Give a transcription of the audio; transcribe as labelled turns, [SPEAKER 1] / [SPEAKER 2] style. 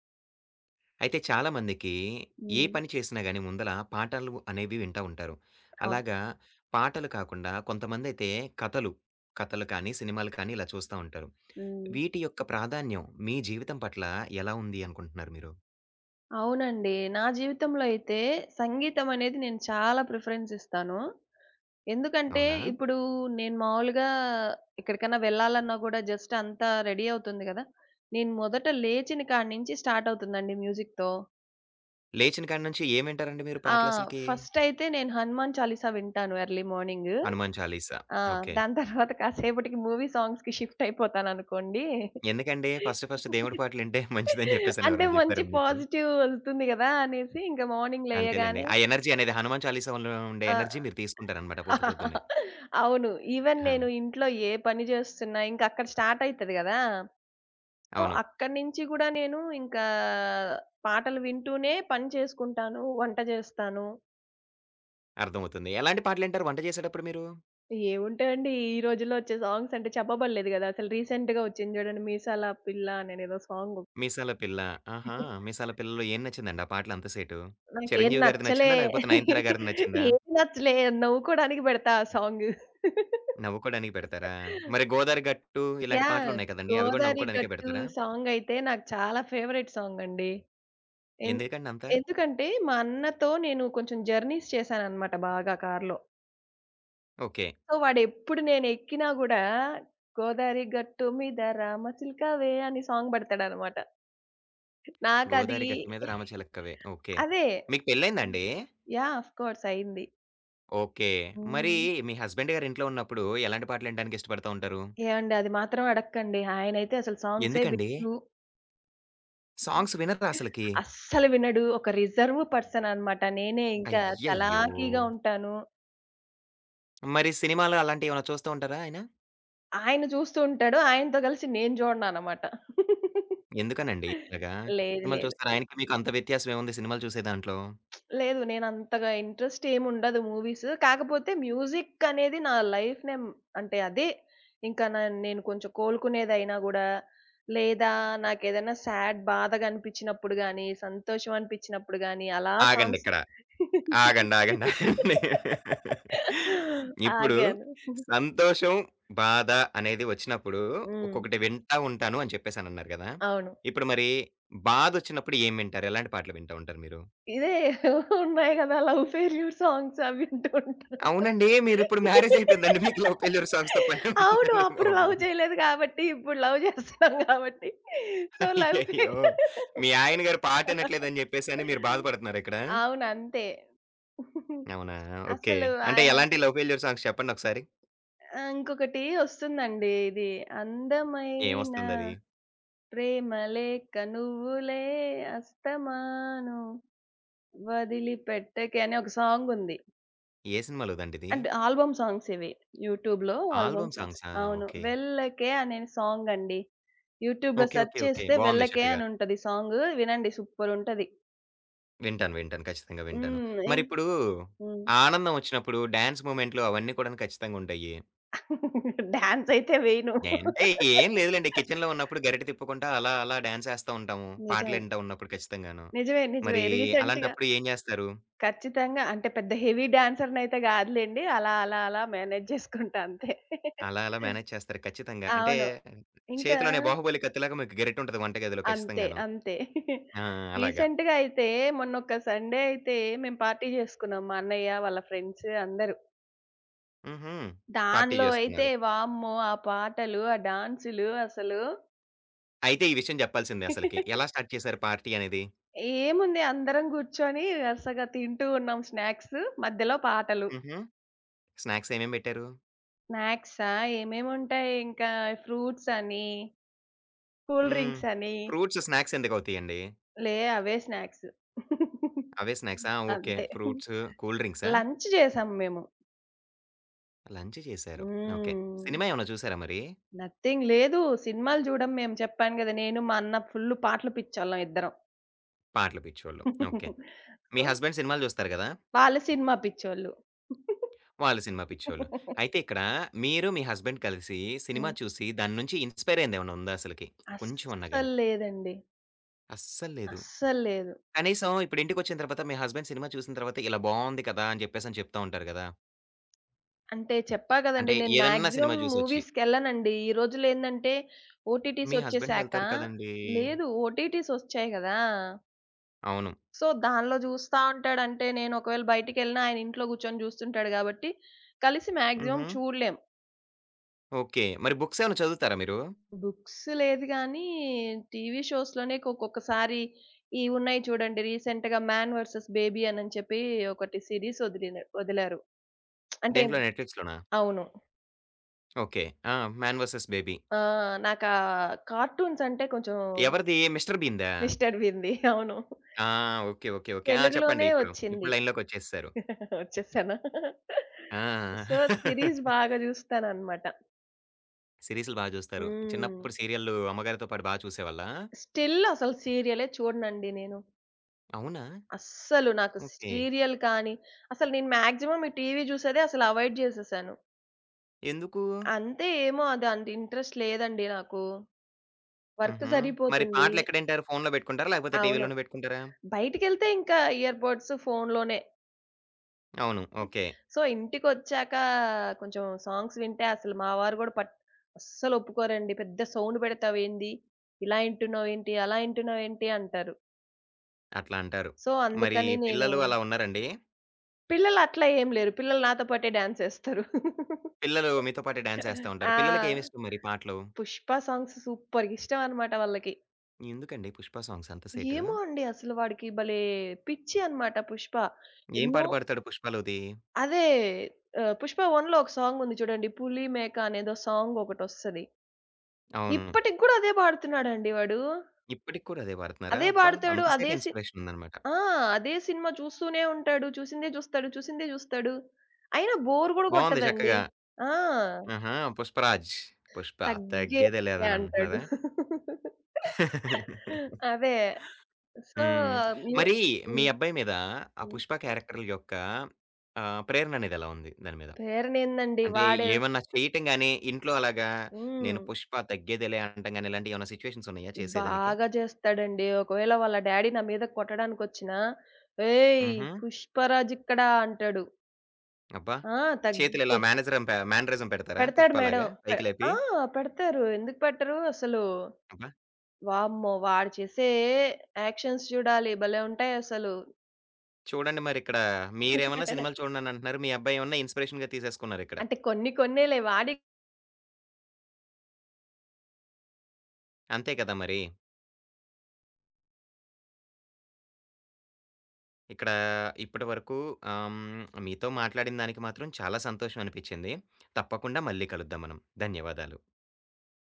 [SPEAKER 1] అయితే చాలామందికి ఏ
[SPEAKER 2] హ్మ్.
[SPEAKER 1] పని చేసినా గాని ముందల పాటలు అనేవి వింటా ఉంటారు.
[SPEAKER 2] అవును.
[SPEAKER 1] అలాగా పాటలు కాకుండా కొంతమందైతే కథలు, కథలు కానీ, సినిమాలు కానీ ఇలా చూస్తా ఉంటారు.
[SPEAKER 2] హ్మ్.
[SPEAKER 1] వీటి యొక్క ప్రాధాన్యం మీ జీవితం పట్ల ఎలా ఉంది అనుకుంటున్నారు మీరు?
[SPEAKER 2] అవునండి. నా జీవితంలో అయితే సంగీతం అనేది నేను చాలా ప్రిఫరెన్స్ ఇస్తాను. ఎందుకంటే
[SPEAKER 1] అవునా?
[SPEAKER 2] ఇప్పుడు నేను మామూలుగా ఎక్కడికన్నా వెళ్ళాలన్నా గూడా జస్ట్ అంతా రెడీ అవుతుంది గదా! నేను మొదట లేచిన కాడ నుంచి స్టార్ట్ అవుతుందండి మ్యూజిక్‌తో.
[SPEAKER 1] లేచిన కాడి నుంచి ఏం వింటారండి మీరు
[SPEAKER 2] ఆ!
[SPEAKER 1] పాటలసలకి?
[SPEAKER 2] ఫస్టయితే నేను 'హనుమాన్ చాలీసా' వింటాను ఎర్లీ మార్నింగు.
[SPEAKER 1] 'హనుమాన్ చాలీసా.'
[SPEAKER 2] ఆ!
[SPEAKER 1] ఓకే.
[SPEAKER 2] దాని తర్వాత కాసేపటికి మూవీ సాంగ్స్‌కి షిఫ్ట్ అయిపోతాననుకోండి.
[SPEAKER 1] ఎందుకండి ఫస్ట్ ఫస్ట్ దేవుడి పాటలింటే మంచిదని చెప్పేసని
[SPEAKER 2] అంటే
[SPEAKER 1] ఎవరైనా
[SPEAKER 2] మంచి
[SPEAKER 1] చెప్పారా మీకు?
[SPEAKER 2] పాజిటివ్ వెళ్తుంది గదా! అనేసి ఇంక మార్నింగ్
[SPEAKER 1] అంతేలెండి.
[SPEAKER 2] లేయగానే
[SPEAKER 1] ఆ ఎనర్జీ అనేది 'హనుమాన్ చాలీసా' వల్ల ఉండే
[SPEAKER 2] ఆ!
[SPEAKER 1] ఎనర్జీ మీరు తీసుకుంటారనమాట పొద్దు పొద్దున్నే.
[SPEAKER 2] అవును. ఈవెన్
[SPEAKER 1] ఆ!
[SPEAKER 2] నేను ఇంట్లో ఏ పని జేస్తున్నా ఇంక అక్కడ స్టార్ట్ అయితది గదా! సో,
[SPEAKER 1] అవును.
[SPEAKER 2] అక్కడి నుంచి గూడా నేను ఇంకా పాటలు వింటూనే పని చేసుకుంటాను, వంట జేస్తాను.
[SPEAKER 1] అర్థమవుతుంది. ఎలాంటి పాటలింటారు వంట చేసేటప్పుడు మీరు?
[SPEAKER 2] ఏముంటాయండి? ఈ రోజుల్లో వచ్చే సాంగ్స్ అంటే చెప్పబడలేదు గదా! అసలు రీసెంట్‌గా వచ్చింది చూడండి 'మీసాల పిల్ల' అనేదేదో సాంగు.
[SPEAKER 1] 'మీసాల పిల్ల.' ఆహా! 'మీసాల పిల్ల'లో ఏం నచ్చిందండి ఆ పాటలో అంత సేటు?
[SPEAKER 2] నాకేం
[SPEAKER 1] 'చిరంజీవి' గారిది
[SPEAKER 2] నచ్చలే.
[SPEAKER 1] నచ్చిందా? లేకపోతే 'నయనతార' గారిది నచ్చిందా?
[SPEAKER 2] ఏం నచ్చలే నవ్వుకోడానికి పెడతా ఆ సాంగు.
[SPEAKER 1] నవ్వుకోడానికి పెడతారా? మరి 'గోదారి గట్టు' ఇలాంటి
[SPEAKER 2] యాహ్!
[SPEAKER 1] పాటలున్నాయి కదండీ! అవి కూడా
[SPEAKER 2] 'గోదారి
[SPEAKER 1] నవ్వుకోడానికే
[SPEAKER 2] గట్టు'
[SPEAKER 1] పెడతారా?
[SPEAKER 2] సాంగయితే నాకు చాలా ఫేవరెట్ సాంగండి. ఎన్
[SPEAKER 1] ఎందుకండి అంత?
[SPEAKER 2] ఎందుకంటే మా అన్నతో నేను కొంచెం జర్నీస్ చేశాననమాట బాగా కారులో.
[SPEAKER 1] ఓకే.
[SPEAKER 2] సో, వాడెప్పుడు నేనెక్కినా గూడా, గోదారి గట్టు మీద రామ చిలకవే అని సాంగ్ బెడతాడనమాట. నాకది
[SPEAKER 1] 'గోదారి గట్టు మీద రామచిలక్కవే.' ఓకే.
[SPEAKER 2] అదే.
[SPEAKER 1] మీకు పెళ్లయిందా
[SPEAKER 2] హ్మ్.
[SPEAKER 1] అండి?
[SPEAKER 2] యాహ్! ఆఫ్ కోర్స్ అయింది.
[SPEAKER 1] ఓకే. మరి
[SPEAKER 2] హ్మ్.
[SPEAKER 1] మీ హస్బెండ్ గారు ఇంట్లో ఉన్నప్పుడు ఎలాంటి పాటలినడానికి ఇష్టపడతా ఉంటారు?
[SPEAKER 2] ఏవండి అది మాత్రం అడక్కండి. ఆయనైతే అసలు సాంగ్సే
[SPEAKER 1] ఎందుకండి?
[SPEAKER 2] వినడు.
[SPEAKER 1] సాంగ్స్ వినరా అసలకి?
[SPEAKER 2] అస్సలు వినడు. ఒక రిజర్వ్ పర్సన్ అనమాట. నేనే ఇంకా
[SPEAKER 1] అయ్యయ్యో!
[SPEAKER 2] చలాకీగా ఉంటాను.
[SPEAKER 1] మరి సినిమాలు అలాంటియేమైనా చూస్తూ ఉంటారా ఆయన?
[SPEAKER 2] ఆయన చూస్తూ ఉంటాడు. ఆయనతో కలిసి నేను జూడననమాట.
[SPEAKER 1] ఎందుకనండి ఇలాగా?
[SPEAKER 2] లేదు.
[SPEAKER 1] సినిమాలు
[SPEAKER 2] లేదు.
[SPEAKER 1] చూస్తారు. ఆయనకి మీకు అంత వ్యత్యాసం ఏముంది సినిమాలు చూసే దాంట్లో?
[SPEAKER 2] లేదు. నేనంతగా ఇంట్రెస్ట్ ఏముండదు మూవీస్. కాకపోతే మ్యూజిక్ అనేది నా లైఫ్ నేమ్ అంటే అదే ఇంకా న నేను కొంచెం కోలుకునేదైనా గూడా, లేదా నాకేదైనా సాడ్ బాధగా అనిపించినప్పుడు గానీ, సంతోషం అనిపించినప్పుడు గానీ, అలా సాంగ్స్
[SPEAKER 1] ఆగండిక్కడ. ఆగండి. ఆగండి. ఆగండి. ఇప్పుడు
[SPEAKER 2] ఆగాను.
[SPEAKER 1] సంతోషం, బాధ అనేది వచ్చినప్పుడు
[SPEAKER 2] హ్మ్.
[SPEAKER 1] ఒక్కొక్కటి వింటా ఉంటాను అని చెప్పేసనన్నారు కదా!
[SPEAKER 2] అవును.
[SPEAKER 1] ఇప్పుడు మరి బాధొచ్చినప్పుడు ఏం వింటారు? ఎలాంటి పాటలు వింటా ఉంటారు మీరు?
[SPEAKER 2] ఇదే ఉన్నాయి గదా! లవ్ ఫెయిల్యూర్ సాంగ్స్ అవి వింటూ ఉంటా.
[SPEAKER 1] అవునండి. మీరిప్పుడు మ్యారేజ్ అయిపోయిందండి. మీకు లవ్ ఫెయిల్యూర్ సాంగ్స్‌తో పనే
[SPEAKER 2] అవును.
[SPEAKER 1] ఉందండి
[SPEAKER 2] అప్పుడు
[SPEAKER 1] బాబు.
[SPEAKER 2] లవ్ చేయలేదు గాబట్టి, ఇప్పుడు లవ్ చేస్తున్నాం గాబట్టి, సో, లవ్
[SPEAKER 1] అయ్యయ్యో!
[SPEAKER 2] ఫెయిల్యూర్
[SPEAKER 1] మీ ఆయన గారు పాట ఇనట్లేదని చెప్పేసని మీరు బాధపడుతున్నారా ఇక్కడ?
[SPEAKER 2] అవును. అంతే.
[SPEAKER 1] అవునా! ఓకే.
[SPEAKER 2] అసలు
[SPEAKER 1] అంటే
[SPEAKER 2] ఆయన
[SPEAKER 1] ఎలాంటి లవ్ ఫెయిల్యూర్ సాంగ్స్ చెప్పండొకసారి?
[SPEAKER 2] ఆ! ఇంకొకటి ఒస్తుందండి ఇది. అందమైన
[SPEAKER 1] ఏమొస్తుందది?
[SPEAKER 2] ప్రేమ లేక నువ్వులే అస్తమాను వదిలిపెట్టకే అని ఒక సాంగుంది.
[SPEAKER 1] ఏ సినిమాలోదండిది?
[SPEAKER 2] అండ్ ఆల్బమ్ సాంగ్స్ ఇవి. యూట్యూబ్‌లో ఆల్బమ్
[SPEAKER 1] ఆల్బమ్
[SPEAKER 2] సాంగ్స్.
[SPEAKER 1] సాంగ్సా?
[SPEAKER 2] అవును.
[SPEAKER 1] ఓకే.
[SPEAKER 2] 'వెల్లకే' అనే సాంగ్ అండి. యూట్యూబ్‌లో
[SPEAKER 1] ఓకే.
[SPEAKER 2] Search
[SPEAKER 1] okay. ఓకే.
[SPEAKER 2] చేస్తే
[SPEAKER 1] బావుంది
[SPEAKER 2] 'వెల్లకే'
[SPEAKER 1] చక్కగా.
[SPEAKER 2] అని ఉంటది సాంగ్. వినండి సూపర్ ఉంటది.
[SPEAKER 1] వింటాను. వింటాను. ఖచ్చితంగా వింటాను.
[SPEAKER 2] హ్మ్.
[SPEAKER 1] మరిప్పుడు
[SPEAKER 2] హ్మ్.
[SPEAKER 1] ఆనందం ఒచ్చినప్పుడు డాన్స్ మూమెంట్లు అవన్నీ కూడాను ఖచ్చితంగుంటాయి.
[SPEAKER 2] డాన్స్ అయితే వేయను.
[SPEAKER 1] అంటే ఏం లేదులెండి. కిచెన్‌లో ఉన్నప్పుడు గరిటె తిప్పుకుంటా అలా అలా డాన్స్ ఏస్తా ఉంటాము.
[SPEAKER 2] నిజమే.
[SPEAKER 1] పాటలింటా ఉన్నప్పుడు ఖచ్చితంగాను.
[SPEAKER 2] నిజమే.
[SPEAKER 1] మరి
[SPEAKER 2] రీసెంట్‌గా
[SPEAKER 1] అలాంటప్పుడు ఏం జేస్తారు?
[SPEAKER 2] ఖచ్చితంగా అంటే పెద్ద హెవీ డాన్సర్‌నైతే కాదులెండి. అలా అలా అలా మేనేజ్ చేసుకుంటా అంతే.
[SPEAKER 1] అలా అలా మేనేజ్ చేస్తారు ఖచ్చితంగా. అంటే
[SPEAKER 2] అవును. ఇంకా
[SPEAKER 1] చేతిలోనే బాహుబలి కత్తిలాగా మీకు గరిటుంటది వంటగదిలో ఖచ్చితంగాను.
[SPEAKER 2] అంతే.
[SPEAKER 1] ఆ! అలాగా.
[SPEAKER 2] రీసెంట్‌గా అయితే మొన్నొక సండే అయితే మేము పార్టీ చేసుకున్నాం. మా అన్నయ్య, వాళ్ళ ఫ్రెండ్స్ అందరూ.
[SPEAKER 1] హుహు. పార్టీ
[SPEAKER 2] దానిలో అయితే
[SPEAKER 1] జేసుకున్నారు.
[SPEAKER 2] వామ్మో! ఆ పాటలు, ఆ డాన్సులు అసలు
[SPEAKER 1] అయితే ఈ విషయం జెప్పాల్సిందే అసలకి. ఎలా స్టార్ట్ చేశారు పార్టీ అనేది?
[SPEAKER 2] ఏముంది అందరం కూర్చొని వరుసగా తింటూ ఉన్నాం స్నాక్స్. మధ్యలో పాటలు.
[SPEAKER 1] హుహు. స్నాక్స్ ఏమేమి బెట్టారు?
[SPEAKER 2] స్నాక్సా ఏమేముంటాయి ఇంకా ఫ్రూట్స్ అని, కూల్
[SPEAKER 1] హ్మ్.
[SPEAKER 2] డ్రింక్స్ అని
[SPEAKER 1] ఫ్రూట్స్ స్నాక్స్ ఎందుకవుతాయండి?
[SPEAKER 2] లే అవే స్నాక్స్.
[SPEAKER 1] అవే స్నాక్సా? ఓకే.
[SPEAKER 2] అంతే.
[SPEAKER 1] ఫ్రూట్స్, కూల్ డ్రింక్సా?
[SPEAKER 2] లంచ్ చేసాం మేము.
[SPEAKER 1] లంచ్ చేశారు. ఓకే.
[SPEAKER 2] హ్మ్.
[SPEAKER 1] సినిమా ఏమైనా చూసారా మరి?
[SPEAKER 2] నథింగ్ లేదు. సినిమాలు చూడం మేము. చెప్పాను గదా! నేను మా అన్న ఫుల్ పాటల పిచ్చోళ్ళం ఇద్దరం.
[SPEAKER 1] పాటలు పిచ్చోళ్ళు. ఓకే. మీ
[SPEAKER 2] సో,
[SPEAKER 1] హస్బెండ్ సినిమాలు జూస్తారు గదా!
[SPEAKER 2] వాళ్ళు సినిమా పిచ్చోళ్ళు.
[SPEAKER 1] వాళ్ళు సినిమా పిచ్చోళ్ళు. అయితే ఇక్కడ మీరు, మీ హస్బెండ్ కలిసి సినిమా
[SPEAKER 2] హ్మ్.
[SPEAKER 1] చూసి దాన్నుంచి ఇన్‌స్పైర్ అయిందేమన్నా ఉందా అసలకి? కొంచెం అన్నా
[SPEAKER 2] అస్సలు
[SPEAKER 1] గాని?
[SPEAKER 2] లేదండి.
[SPEAKER 1] అస్సల్లేదు.
[SPEAKER 2] అస్సలు లేదు.
[SPEAKER 1] కనీసం ఇప్పుడు ఇంటికొచ్చిన తర్వాత మీ హస్బెండ్ సినిమా చూసిన తర్వాత ఇలా బావుంది కదా! అని చెప్పేసని చెప్తా ఉంటారు గదా!
[SPEAKER 2] అంటే చెప్పా గదండీ!
[SPEAKER 1] అంటే
[SPEAKER 2] నేను
[SPEAKER 1] ఏదన్నా
[SPEAKER 2] మాక్సిమం
[SPEAKER 1] సినిమా జూసొచ్చి.
[SPEAKER 2] మూవీస్‌కెళ్ళనండి. ఈ రోజుల్లో ఏందంటే ఓటీటీస్
[SPEAKER 1] మీ హస్బెండ్
[SPEAKER 2] ఒచ్చేసాక
[SPEAKER 1] ఎళ్తారు కదండీ!
[SPEAKER 2] లేదు. ఓటీటీస్ ఒచ్చాయి గదా!
[SPEAKER 1] అవును.
[SPEAKER 2] సో, దానిలో జూస్తా ఉంటాడంటే నేను ఒకవేళ బయటికెళ్ళినా ఆయన ఇంట్లో గూర్చొని జూస్తుంటాడు గాబట్టి, కలిసి మాక్సిమం
[SPEAKER 1] హుహు.
[SPEAKER 2] చూడలేం.
[SPEAKER 1] ఓకే. మరి బుక్స్ ఏమైనా చదువుతారా మీరు?
[SPEAKER 2] బుక్స్ లేదు గానీ, టీవీ షోస్‌లోనే ఒక్కొక్కసారి ఇవి ఉన్నాయి చూడండి. రీసెంట్‌గా 'మ్యాన్ వర్సెస్ బేబీ' అనని చెప్పి ఒకటి సీరీస్ వదిలారు. అంటే
[SPEAKER 1] దేంట్లో నెట్‌ఫ్లిక్స్‌లోనా?
[SPEAKER 2] అవును.
[SPEAKER 1] ఓకే. ఆ! 'Man versus baby.'
[SPEAKER 2] ఆ! నాకా కార్టూన్స్ అంటే కొంచెం
[SPEAKER 1] ఎవరిది 'మిస్టర్ బీన్‌దా?'
[SPEAKER 2] మిస్టర్ బీన్‌ది. అవును.
[SPEAKER 1] ఆ! ఓకే. ఓకే. ఓకే. ఆ! చెప్పండి
[SPEAKER 2] తెలుగులోనే
[SPEAKER 1] ఇప్పుడు.
[SPEAKER 2] వచ్చింది.
[SPEAKER 1] ఇప్పుడు లైన్‌లోకొచ్చేసేసారు.
[SPEAKER 2] వచ్చేసానా?
[SPEAKER 1] ఆ!
[SPEAKER 2] సో, సీరీస్ బాగా జూస్తాననమాట.
[SPEAKER 1] సీరీస్‌లు బా జూస్తారు.
[SPEAKER 2] హ్మ్.
[SPEAKER 1] చిన్నప్పుడు సీరియల్‌లు అమ్మగారితో పాటు బా చూసేవాళ్ళా?
[SPEAKER 2] స్టిల్ అసలు సీరియలే చూడనండి నేను.
[SPEAKER 1] అవునా?
[SPEAKER 2] అస్సలు నాకు
[SPEAKER 1] ఓకే.
[SPEAKER 2] సీరియల్ కానీ, అసలు నేను మాక్సిమం ఈ టీవీ జూసేదే అసలు అవాయిడ్ జేసేసాను.
[SPEAKER 1] ఎందుకు?
[SPEAKER 2] అంతే ఏమో అది అంత ఇంట్రెస్ట్ లేదండి నాకు. వర్క్
[SPEAKER 1] హుహు. మరి
[SPEAKER 2] సరిపోతుంది.
[SPEAKER 1] పాటలెక్కడింటారు? ఫోన్‌లో బెట్టుకుంటారా? లేకపోతే
[SPEAKER 2] అవును.
[SPEAKER 1] టీవీలోనే బెట్టుకుంటారా?
[SPEAKER 2] బయటికెళ్తే ఇంకా ఇయర్ బర్డ్స్ ఫోనులోనే.
[SPEAKER 1] అవును. ఓకే.
[SPEAKER 2] సో, ఇంటికొచ్చాక కొంచెం సాంగ్స్ వింటే అసలు మా వారు గూడా అస్సలు ఒప్పుకోరండి. పెద్ద సౌండ్ పెడతావేంది? ఇలా ఇంటున్నావేంటి? అలా ఇంటున్నావేంటి? అంటారు.
[SPEAKER 1] అట్లా అంటారు.
[SPEAKER 2] సో,
[SPEAKER 1] మరి
[SPEAKER 2] అందుకని నేను
[SPEAKER 1] పిల్లలు అలా ఉన్నారండి?
[SPEAKER 2] పిల్లలు అట్లా ఏం లేరు. పిల్లలు నాతో పాటే డాన్స్ చేస్తారు.
[SPEAKER 1] పిల్లలు మీతో పాటు డాన్స్ ఏస్తా ఉంటారు.
[SPEAKER 2] ఆ!
[SPEAKER 1] పిల్లలకేమిష్టం మరి పాటలు?
[SPEAKER 2] 'పుష్ప' సాంగ్స్ సూపర్‌గా ఇష్టం అన్నమాట వాళ్ళకి.
[SPEAKER 1] ఎందుకండి 'పుష్ప' సాంగ్స్ అంత సేటు?
[SPEAKER 2] ఏమో అండి అసలు వాడికి భలే పిచ్చి అన్నమాట 'పుష్ప.'
[SPEAKER 1] ఏం
[SPEAKER 2] ఎన్నో
[SPEAKER 1] పాట పాడతాడు 'పుష్పలోది'?
[SPEAKER 2] అదే ఆహ్, 'పుష్ప 1' ఒక సాంగ్ ఉంది చూడండి. 'పులి మేక' అనేదో సాంగ్ ఒకటొస్తది.
[SPEAKER 1] అవును.
[SPEAKER 2] ఇప్పటికి కూడా అదే పాడుతున్నాడండి వాడు.
[SPEAKER 1] ఇప్పటికి కూడా అదే పాడుతున్నారా?
[SPEAKER 2] అదే
[SPEAKER 1] అబ్బా!
[SPEAKER 2] పాడుతాడు.
[SPEAKER 1] అంత
[SPEAKER 2] అదే
[SPEAKER 1] సేటు
[SPEAKER 2] సి
[SPEAKER 1] ఇన్‌స్పిరేషన్ ఉందనమాట.
[SPEAKER 2] ఆ! అదే సినిమా చూస్తూనే ఉంటాడు. చూసిందే చూస్తాడు. అయినా బోర్ కూడా
[SPEAKER 1] బావుంది
[SPEAKER 2] కొట్టదండి.
[SPEAKER 1] చక్కగా.
[SPEAKER 2] ఆ!
[SPEAKER 1] ఆహా! 'పుష్పరాజ్.' 'పుష్ప' తగ్గేదే
[SPEAKER 2] తగ్గేదే
[SPEAKER 1] లేదని
[SPEAKER 2] అంటాడు.
[SPEAKER 1] అంటున్నారా?
[SPEAKER 2] అదే. సో,
[SPEAKER 1] హ్మ్.
[SPEAKER 2] మ్యూ
[SPEAKER 1] మరి మీ
[SPEAKER 2] హ్మ్.
[SPEAKER 1] అబ్బాయి మీద ఆ
[SPEAKER 2] హ్మ్.
[SPEAKER 1] 'పుష్ప' క్యారెక్టర్ యొక్క ప్రేరణ అనేదెలా ఉంది దాని మీద?
[SPEAKER 2] ప్రేరణేందండి
[SPEAKER 1] అంటే
[SPEAKER 2] వాడు
[SPEAKER 1] ఏమన్నా చేయటం గాని, ఇంట్లో అలాగా నేను
[SPEAKER 2] హ్మ్.
[SPEAKER 1] 'పుష్ప' తగ్గేదేలే అనటం గాని ఇలాంటియి ఏమన్నా సిట్యుయేషన్స్ ఉన్నాయా చేసేదానికి?
[SPEAKER 2] బాగా జేస్తాడండి. ఒకవేళ వాళ్ళ డ్యాడీ నా మీద కొట్టడానికొచ్చినా, "ఏయ్!
[SPEAKER 1] హుహు.
[SPEAKER 2] పుష్పరాజిక్కడ" అంటాడు.
[SPEAKER 1] అబ్బా!
[SPEAKER 2] ఆ!
[SPEAKER 1] చేతులు
[SPEAKER 2] తగ్గే
[SPEAKER 1] ఇలా మేనేజరం పె మేనరిజం పెడతారా
[SPEAKER 2] పెడతాడు
[SPEAKER 1] 'పుష్ప'
[SPEAKER 2] మేడం.
[SPEAKER 1] లాగా
[SPEAKER 2] పె
[SPEAKER 1] పైకి లేపి?
[SPEAKER 2] ఆ! పెడతారు. ఎందుకు పెట్టరు అసలు.
[SPEAKER 1] అబ్బా!
[SPEAKER 2] వామ్మో! వాడు చేసే యాక్షన్స్ చూడాలి. భలే ఉంటాయసలు.
[SPEAKER 1] చూడండి మరిక్కడ మీరేమన్నా సినిమాలు చూడనని అంటున్నారు. మీ అబ్బాయేమన్నా ఇన్‌స్పిరేషన్‌గా తీసేసుకున్నారిక్కడ.
[SPEAKER 2] అంటే కొన్ని కొన్నేలే వాడి
[SPEAKER 1] అంతే కదా మరి! ఇక్కడ ఇప్పటివరకు మీతో మాట్లాడిన దానికి మాత్రం చాలా సంతోషం అనిపించింది. తప్పకుండా మళ్ళీ కలుద్దాం మనం. ధన్యవాదాలు.